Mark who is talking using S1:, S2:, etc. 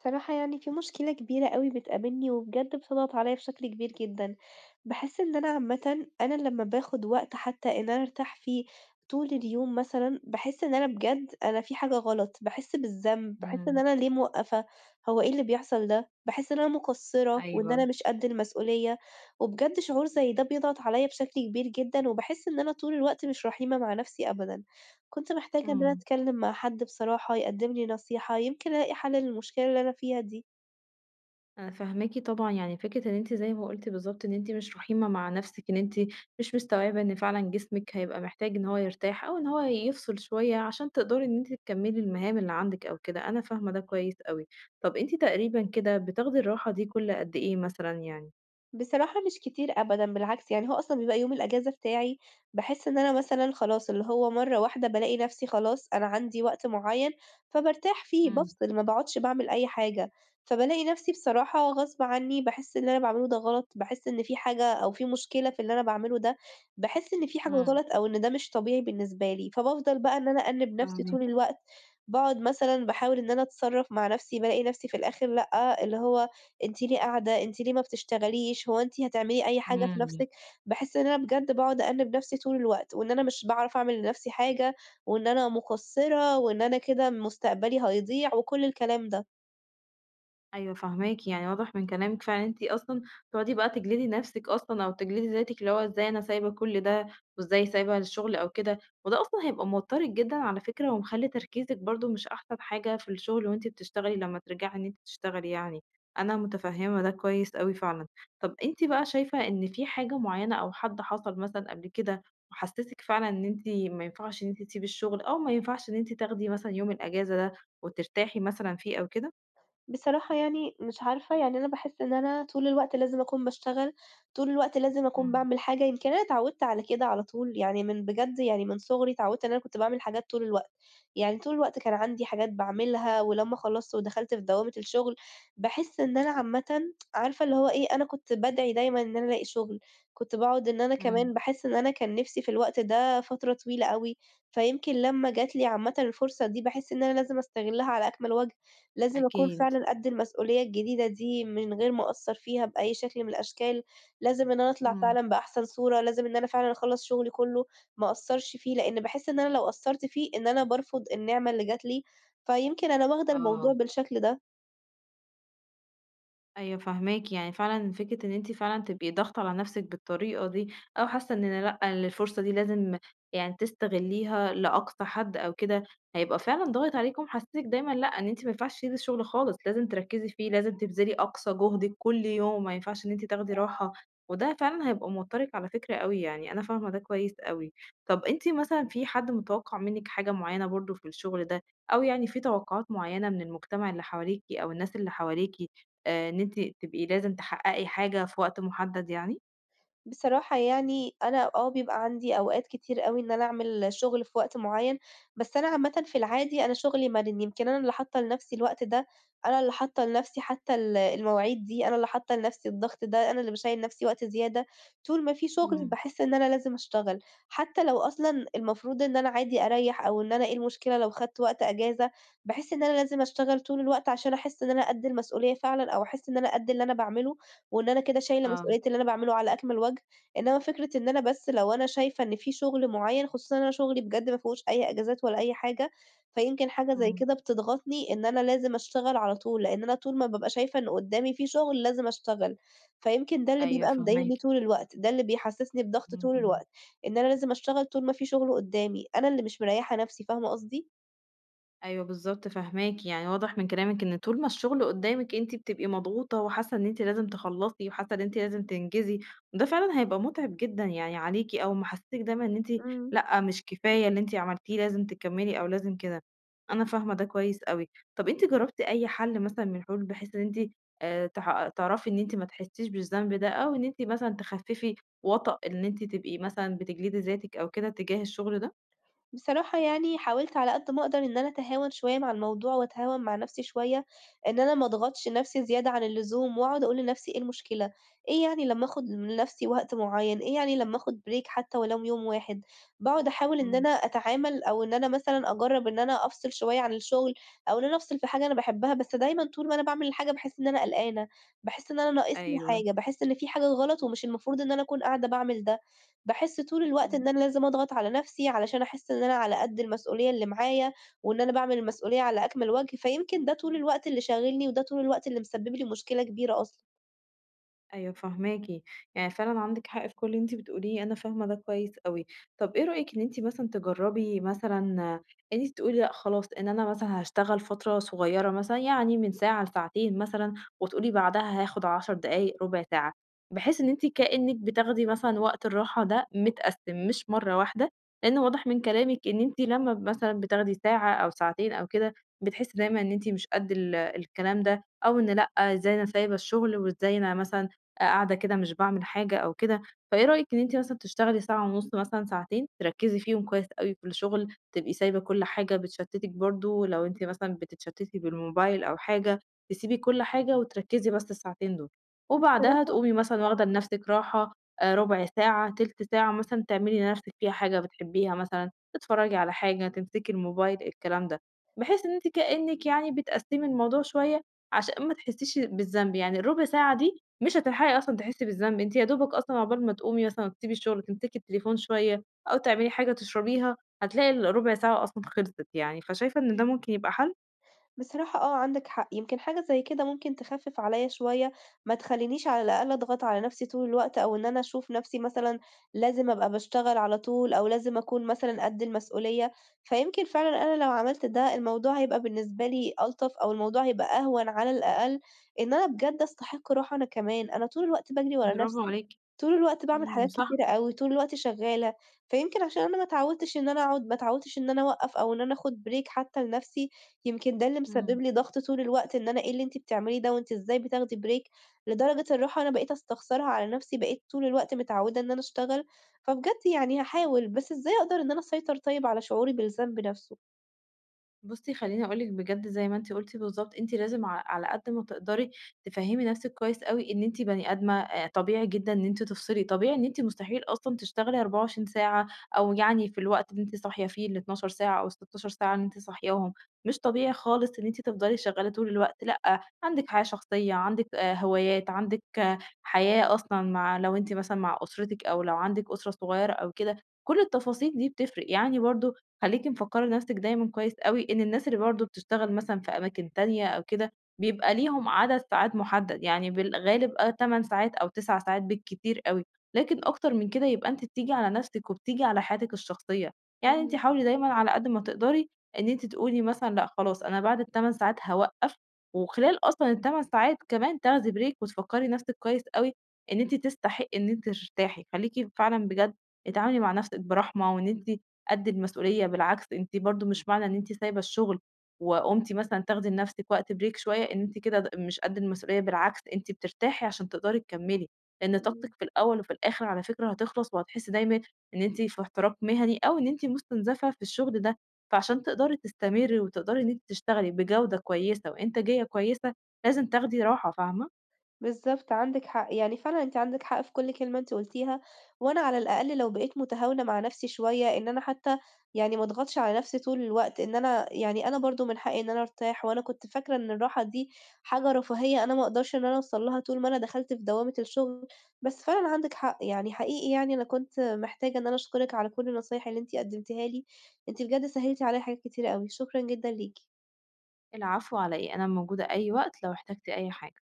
S1: بصراحة يعني في مشكلة كبيرة أوي بتقابلني وبجد بتضغط عليَّ بشكل كبير جدًا، باحس إن أنا عامةً أنا لمّا باخد وقت حتى إن أنا أرتاح فيه طول اليوم مثلًا، باحس إن أنا بجد أنا في حاجة غلط، باحس بالذنب، باحس إن
S2: إمم،
S1: أنا ليه موقّفة، هو إيه اللي بيحصل ده؟ باحس إن أنا مقصّرة وإن أنا
S2: أيوه،
S1: مش قد المسؤولية، وبجد شعور زي ده بيضغط عليَّ بشكل كبير جدًا، وباحس إن أنا طول الوقت مش رحيمة مع نفسي أبدًا. كنت محتاجة إن أنا
S2: إمم،
S1: أتكلّم مع حد بصراحة يقدّم لي نصيحة، يمكن ألاقي حَل للمشكلة اللي أنا فيها دي.
S2: أنا فاهماكِ طبعًا، يعني فكرة إن أنتِ زي ما قُلتِ بالضبط إن أنتِ مش رحيمة مع نفسِك، إن أنتِ مش مستوعبة إن فعلًا جسمِك هيبقى محتاج إن هو يرتاح أو إن هو يفصل شوية عشان تقدري إن أنتِ تكمّلي المهام اللي عندِك أو كده، أنا فاهمة ده كويس أوي. طَب أنتِ تقريبًا كده بتاخدي الراحة دي كل قد إيه مثلًا يعني؟
S1: بصراحة مش كتير أبدًا، بالعكس يعني هو أصلًا بيبقى يوم الأجازة بتاعي، باحس إن أنا مثلًا خلاص اللي هو مرّة واحدة بالاقي نفسي خلاص أنا عندي وقت معيّن، فبارتاح فيه،
S2: إمم،
S1: بافصل، ما باقعدش باعمل أي حاجة، فبالاقي نفسي بصراحة غصب عني باحس اللي أنا باعمله ده غلط، باحس إن في حاجة أو في مشكلة في اللي أنا باعمله ده، باحس إن في حاجة
S2: إمم،
S1: غلط أو إن ده مش طبيعي بالنسبة لي، فبافضل بقى إن أنا أأنِّب نفسي
S2: فاهماكِ.
S1: طول الوقت، باقعد مثلًا باحاول إن أنا أتصرّف مع نفسي، بالاقي نفسي في الآخر لأ، اللي هو أنتِ ليه قاعدة، أنتِ ليه ما بتشتغليش، هو أنتِ هتعملي أي حاجة في
S2: إمم.
S1: نَفْسِك؟ باحس إن أنا بجد باقعد أأنِّب نَفْسي طول الوقت، وإن أنا مش باعرف أعمل لنَفْسي حاجة، وإن أنا مقصّرة، وإن أنا كده مستقبلي هيضيع، وكل الكلام ده.
S2: أيوه فاهماكِ، يعني واضح من كلامِك فعلًا إن أنتِ أصلًا تقعدي بقى تجلدي نفسِك أصلًا أو تجلدي ذاتِك، اللي هو إزاي أنا سايبة كل ده وإزاي سايبة الشغل أو كده، وده أصلًا هيبقى موتّرِك جدًا على فكرة ومخلّي تركيزِك برضه مش أحسن حاجة في الشغل وأنتِ بتشتغلي لمّا ترجعي إن أنتِ تشتغلي يعني، أنا متفهمة ده كويس أوي فعلًا. طَب أنتِ بقى شايفة إن في حاجة معيّنة أو حد حصل مثلًا قبل كده وحسّسِك فعلًا إن أنتِ ما ينفعش إن أنتِ تسيبي الشغل أو ما ينفعش إن أنتِ تاخدي مثلًا يوم الأجازة ده وترتاحي مثلًا فيه أو كده؟
S1: بصراحة يعني مش عارفة، يعني أنا باحس إن أنا طول الوقت لازم أكون باشتغل، طول الوقت لازم أكون
S2: إمم.
S1: باعمل حاجة، يمكن أنا اتعودت على كده على طول، يعني من بجد يعني من صغري اتعودت إن أنا كنت باعمل حاجات طول الوقت، يعني طول الوقت كان عندي حاجات باعملها، ولمّا خلّصت ودخلت في دوامة الشغل، باحس إن أنا عامةً عارفة اللي هو إيه، أنا كنت بادعي دايمًا إن أنا ألاقي شغل، كنت باقعد إن أنا كمان
S2: إمم،
S1: باحس إن أنا كان نفسي في الوقت ده فترة طويلة أوي، فيمكن لمّا جات لي عامةً الفرصة دي باحس إن أنا لازم أستغلها على أكمل وجه. لازم أكون
S2: أكيد،
S1: فعلًا قد المسؤولية الجديدة دي من غير ما أقصّر فيها بأي شكل من الأشكال، لازم إن أنا أطلع
S2: إمم،
S1: فعلًا بأحسن صورة، لازم إن أنا فعلًا أخلّص شغلي كلّه، ما أقصّرش فيه، لإن باحس إن أنا لو قصّرت فيه إن أنا بارفض النعمة اللي جات لي، فيمكن أنا واخدة الموضوع
S2: آه،
S1: بالشكل ده.
S2: أيوه فاهماكِ، يعني فعلًا فكرة إن أنتِ فعلًا تبقي ضاغطة على نَفْسِك بالطريقة دي، أو حاسة إن لأ، الفرصة دي لازم يعني تستغلّيها لأقصى حد أو كده، هيبقى فعلًا ضاغط عليكِ ومحسسِك دايمًا لأ، إن أنتِ ما ينفعش تسيبي الشغل خالص، لازم تركّزي فيه، لازم تبذلي أقصى جهدِك كل يوم، ما ينفعش إن أنتِ تاخدي راحة، وده فعلًا هيبقى موتّرِك على فكرة أوي يعني، أنا فاهمة ده كويس أوي. طَب أنتِ مثلًا في حد متوقّع منِّك حاجة معيّنة برضه في الشغل ده، أو يعني في توقعات معيّنة من المجتمع اللي حواليكِ أو الناس اللي حواليكِ؟ إن أنتِ تبقي لازم تحققي حاجة في وقت محدد يعني؟
S1: بصراحة يعني أنا آه بيبقى عندي أوقات كتير أوي إن أنا أعمل شغل في وقت معيّن، بس أنا عامةً في العادي أنا شغلي مَرِن، يمكن أنا اللي حاطة لنفسي الوقت ده، أنا اللي حاطة لنفسي حتى المواعيد دي، أنا اللي حاطة لنفسي الضغط ده، أنا اللي باشيّل نفسي وقت زيادة، طول ما في شغل
S2: إمم،
S1: باحس إن أنا لازم أشتغل، حتى لو أصلًا المفروض إن أنا عادي أريّح أو إن أنا إيه المشكلة لو خدت وقت أجازة، باحس إن أنا لازم أشتغل طول الوقت عشان أحس إن أنا قد المسؤولية فعلًا أو أحس إن أنا قد اللي أنا باعمله، وإن أنا كده شايلة
S2: آه،
S1: مسؤولية اللي أنا باعمله على أكمل وجه. إنما فكرة إن أنا بس لو أنا شايفة إن في شغل معيّن، خصوصًا إن أنا شغلي بجد ما فيهوش أي إجازات ولا أي حاجة، فيمكن حاجة زي
S2: إمم،
S1: كده بتضغطني إن أنا لازم أشتغل على طول، لإن أنا طول ما بابقى شايفة إن قدّامي في شغل لازم أشتغل، فيمكن ده اللي
S2: أيوه
S1: بيبقى مضايقني
S2: فاهماكِ،
S1: طول الوقت، ده اللي بيحسسني بضغط
S2: إمم،
S1: طول
S2: إمم.
S1: الوقت، إن أنا لازم أشتغل طول ما في شغل قدّامي، أنا اللي مش مريّحة نفسي، فاهمة قصدي؟
S2: أيوه بالضبط فاهماكِ، يعني واضح من كلامِك إن طول ما الشغل قدّامِك أنتِ بتبقي مضغوطة وحاسة إن أنتِ لازم تخلّصي وحاسة إن أنتِ لازم تنجزي، وده فعلًا هيبقى مُتعب جدًا يعني عليكِ أو محسسِك دايمًا إن أنتِ
S1: إمم.
S2: لأ، مش كفاية اللي أنتِ عملتيه لازم تكمّلي أو لازم كده، أنا فاهمة ده كويس أوي. طَب أنتِ جرّبتِ أي حَل مثلًا من الحلول بحيث إن أنتِ تح تعرفي إن أنتِ ما تحسّيش بالذنب ده أو إن أنتِ مثلًا تخفّفي وَطَأ إن أنتِ تبقي مثلًا بتجلدي ذاتِك أو كده تجاه الشغل ده؟
S1: بصراحة يعني حاولت على قد ما أقدر إن أنا أتهاون شوية مع الموضوع وأتهاون مع نفسي شوية، إن أنا ما أضغطش نفسي زيادة عن اللزوم وأقعد أقول لنفسي إيه المشكلة؟ إيه يعني لما آخد لنفسي وقت معين؟ إيه يعني لما آخد بريك حتى ولو يوم واحد؟ باقعد أحاول إن
S2: إمم،
S1: أنا أتعامل أو إن أنا مثلًا أجرب إن أنا أفصل شوية عن الشغل، أو إن أنا أفصل في حاجة أنا باحبها، بس دايمًا طول ما أنا باعمل الحاجة باحس إن أنا قلقانة، باحس إن أنا ناقصني
S2: أيوه،
S1: حاجة، باحس إن في حاجة غلط ومش المفروض إن أنا أكون قاعدة باعمل ده. باحس طول الوقت إن
S2: إمم.
S1: أنا لازم أضغط على نَفْسي علشان أحس إن أنا على قد المسؤولية اللي معايا، وإن أنا باعمل المسؤولية على أكمل وجه، فيمكن ده طول الوقت اللي شاغلني، وده طول الوقت اللي مسبب لي مشكلة كبيرة أصلًا.
S2: أيوه فاهماكِ، يعني فعلًا عندِك حق في كل اللي أنتِ بتقوليه، أنا فاهمة ده كويس أوي. طب إيه رأيِك إن أنتِ مثلًا تجرّبي مثلًا إن أنتِ تقولي لأ خلاص، إن أنا مثلًا هاشتغل فترة صغيرة مثلًا، يعني من ساعة لساعتين مثلًا، وتقولي بعدها هاخد 10 دقايق، ربع ساعة، بحيث إن أنتِ كإنِّك بتاخدي مثلًا وقت الراحة ده متقسّم، مش مرة واحدة، لإن واضح من كلامِك إن أنتِ لمّا مثلًا بتاخدي ساعة أو ساعتين أو كده، بتحسّي دايمًا إن أنتِ مش قد الكلام ده، أو إن لأ إزاي أنا سايبة الشغل وإزاي أنا مثلًا قاعدة كده مش باعمل حاجة أو كده، فإيه رأيِك إن أنتِ مثلًا تشتغلي ساعة ونُص مثلًا ساعتين تركّزي فيهم كويس أوي في الشغل، تبقي سايبة كل حاجة بتشتتِك برضه لو أنتِ مثلًا بتتشتتي بالموبايل أو حاجة، تسيبي كل حاجة وتركّزي بس الساعتين دول، وبعدها
S1: بصراحة
S2: تقومي مثلًا واخدة لنفسِك راحة ربع ساعة، تِلت ساعة مثلًا تعملي لنفسِك فيها حاجة بتحبيها مثلًا، تتفرّجي على حاجة، تمسكي الموبايل، الكلام ده، بحيث إن أنتِ كإنِّك يعني بتقسّمي الموضوع شوية عشان ما تحسّيش بالذنب، يعني الربع ساعة دي مش هتلحقي أصلًا تحسّي بالذنب، أنتِ يا دوبك أصلًا عقبال ما تقومي مثلًا وتسيبي الشغل تمسكي التليفون شوية أو تعملي حاجة تشربيها، هتلاقي الربع ساعة أصلًا خلصت يعني، فشايفة إن ده
S1: إمم.
S2: ممكن يبقى حل؟
S1: بصراحة آه، عندك حق، يمكن حاجة زي كده ممكن تخفِّف عليَّ شوية، ما تخلّينيش على الأقل أضغط على نفسي طول الوقت، أو إن أنا أشوف نفسي مثلًا لازم أبقى باشتغل على طول، أو لازم أكون مثلًا قد المسؤولية. فيمكن فعلًا أنا لو عملت ده، الموضوع هيبقى بالنسبة لي ألطف، أو الموضوع هيبقى أهون على الأقل، إن أنا بجد أستحق راحة أنا كمان. أنا طول الوقت باجري ورا
S2: برافو
S1: نفسي،
S2: عليكِ،
S1: طول الوقت باعمل
S2: إمم،
S1: حاجات
S2: صح،
S1: كتيرة أوي، طول الوقت شغالة، فيمكن عشان أنا ما اتعودتش إن أنا أقعد، ما اتعودتش إن أنا أوقّف، أو إن أنا آخد break حتى لنفسي، يمكن ده اللي
S2: إمم.
S1: مسبب لي ضغط طول الوقت إن أنا إيه اللي أنتِ بتعمليه ده وأنتِ إزاي بتاخدي break، لدرجة الراحة أنا بقيت أستخسرها على نفسي، بقيت طول الوقت متعودة إن أنا أشتغل، فبجد يعني هاحاول، بس إزاي أقدر إن أنا أسيطر طيب على شعوري بالذنب نفسه؟
S2: بُصّي، خلّيني أقول لِك بجد زي ما أنتِ قُلتِ بالضبط، أنتِ لازم ع على قد ما تقدري تفهّمي نَفْسِك كويس أوي إن أنتِ بني آدمة، طبيعي جدًا إن أنتِ تفصلي، طبيعي إن أنتِ مستحيل أصلًا تشتغلي 24 ساعة أو يعني في الوقت اللي أنتِ صاحية فيه ال12 ساعة أو ال16 ساعة اللي أنتِ صاحياهم، مش طبيعي خالص إن أنتِ تفضلي شغّالة طول الوقت، لأ، عندِك حياة شخصية، عندِك هوايات، عندِك حياة أصلًا مع لو أنتِ مثلًا مع أسرتِك أو لو عندِك أسرة صغيّرة أو كده، كل التفاصيل دي بتفرق، يعني برضه خلّيكِ مفكّرة نَفْسِك دايمًا كويس أوي إن الناس اللي برضه بتشتغل مثلًا في أماكن تانية أو كده، بيبقى ليهم عدد ساعات محدد، يعني بالغالب 8 ساعات أو 9 ساعات بالكتير أوي، لكن أكتر من كده يبقى أنتِ بتيجي على نَفْسِك وبتيجي على حياتِك الشخصية، يعني أنتِ
S1: اهم،
S2: حاولي دايمًا على قد ما تقدري إن أنتِ تقولي مثلًا لأ خلاص أنا بعد ال8 ساعات هاوقّف، وخلال أصلًا ال8 ساعات كمان تاخدي break وتفكّري نَفْسِك كويس أوي إن أنتِ تستحقي إن أنتِ ترتاحي، خلّيكِ فعلًا بجد اتعاملي مع نَفْسِك برحمة، وإن أنتِ قد المسؤولية، بالعكس أنتِ برضه مش معنى إن أنتِ سايبة الشغل وقُمتِ مثلًا تاخدي لنفسِك وقت break شوية إن أنتِ كده د مش قد المسؤولية، بالعكس أنتِ بترتاحي عشان تقدري تكمّلي، لإن
S1: إمم.
S2: طاقتِك في الأول وفي الآخر على فكرة هتخلص وهتحسّي دايمًا إن أنتِ في احتراق مهني أو إن أنتِ مستنزفة في الشغل ده، فعشان تقدري تستمري وتقدري إن أنتِ تشتغلي بجودة كويسة وإنتاجية كويسة، لازم تاخدي راحة، فاهمة؟
S1: بالضبط، عندِك حق، يعني فعلًا أنتِ عندِك حق في كل كلمة أنتِ قُلتيها، وأنا على الأقل لو بقيت متهاونة مع نَفْسي شوية، إن أنا حتى يعني ما اضغطش على نَفْسي طول الوقت، إن أنا يعني أنا برضه من حقي إن أنا أرتاح، وأنا كنت فاكرة إن الراحة دي حاجة رفاهية أنا ما أقدرش إن أنا أوصل لها طول ما أنا دخلت في دوامة الشغل، بس فعلًا عندِك حق، يعني حقيقي يعني أنا كنت محتاجة إن أنا أشكرِك على كل النصايح اللي أنتِ قدمتيها لي، أنتِ بجد سهّلتِ عليّا حاجات كتيرة أوي، شكرًا جدًا ليكِ.
S2: العفو على إيه، أنا موجودة أي وقت لو احتجتِ أي حاجة.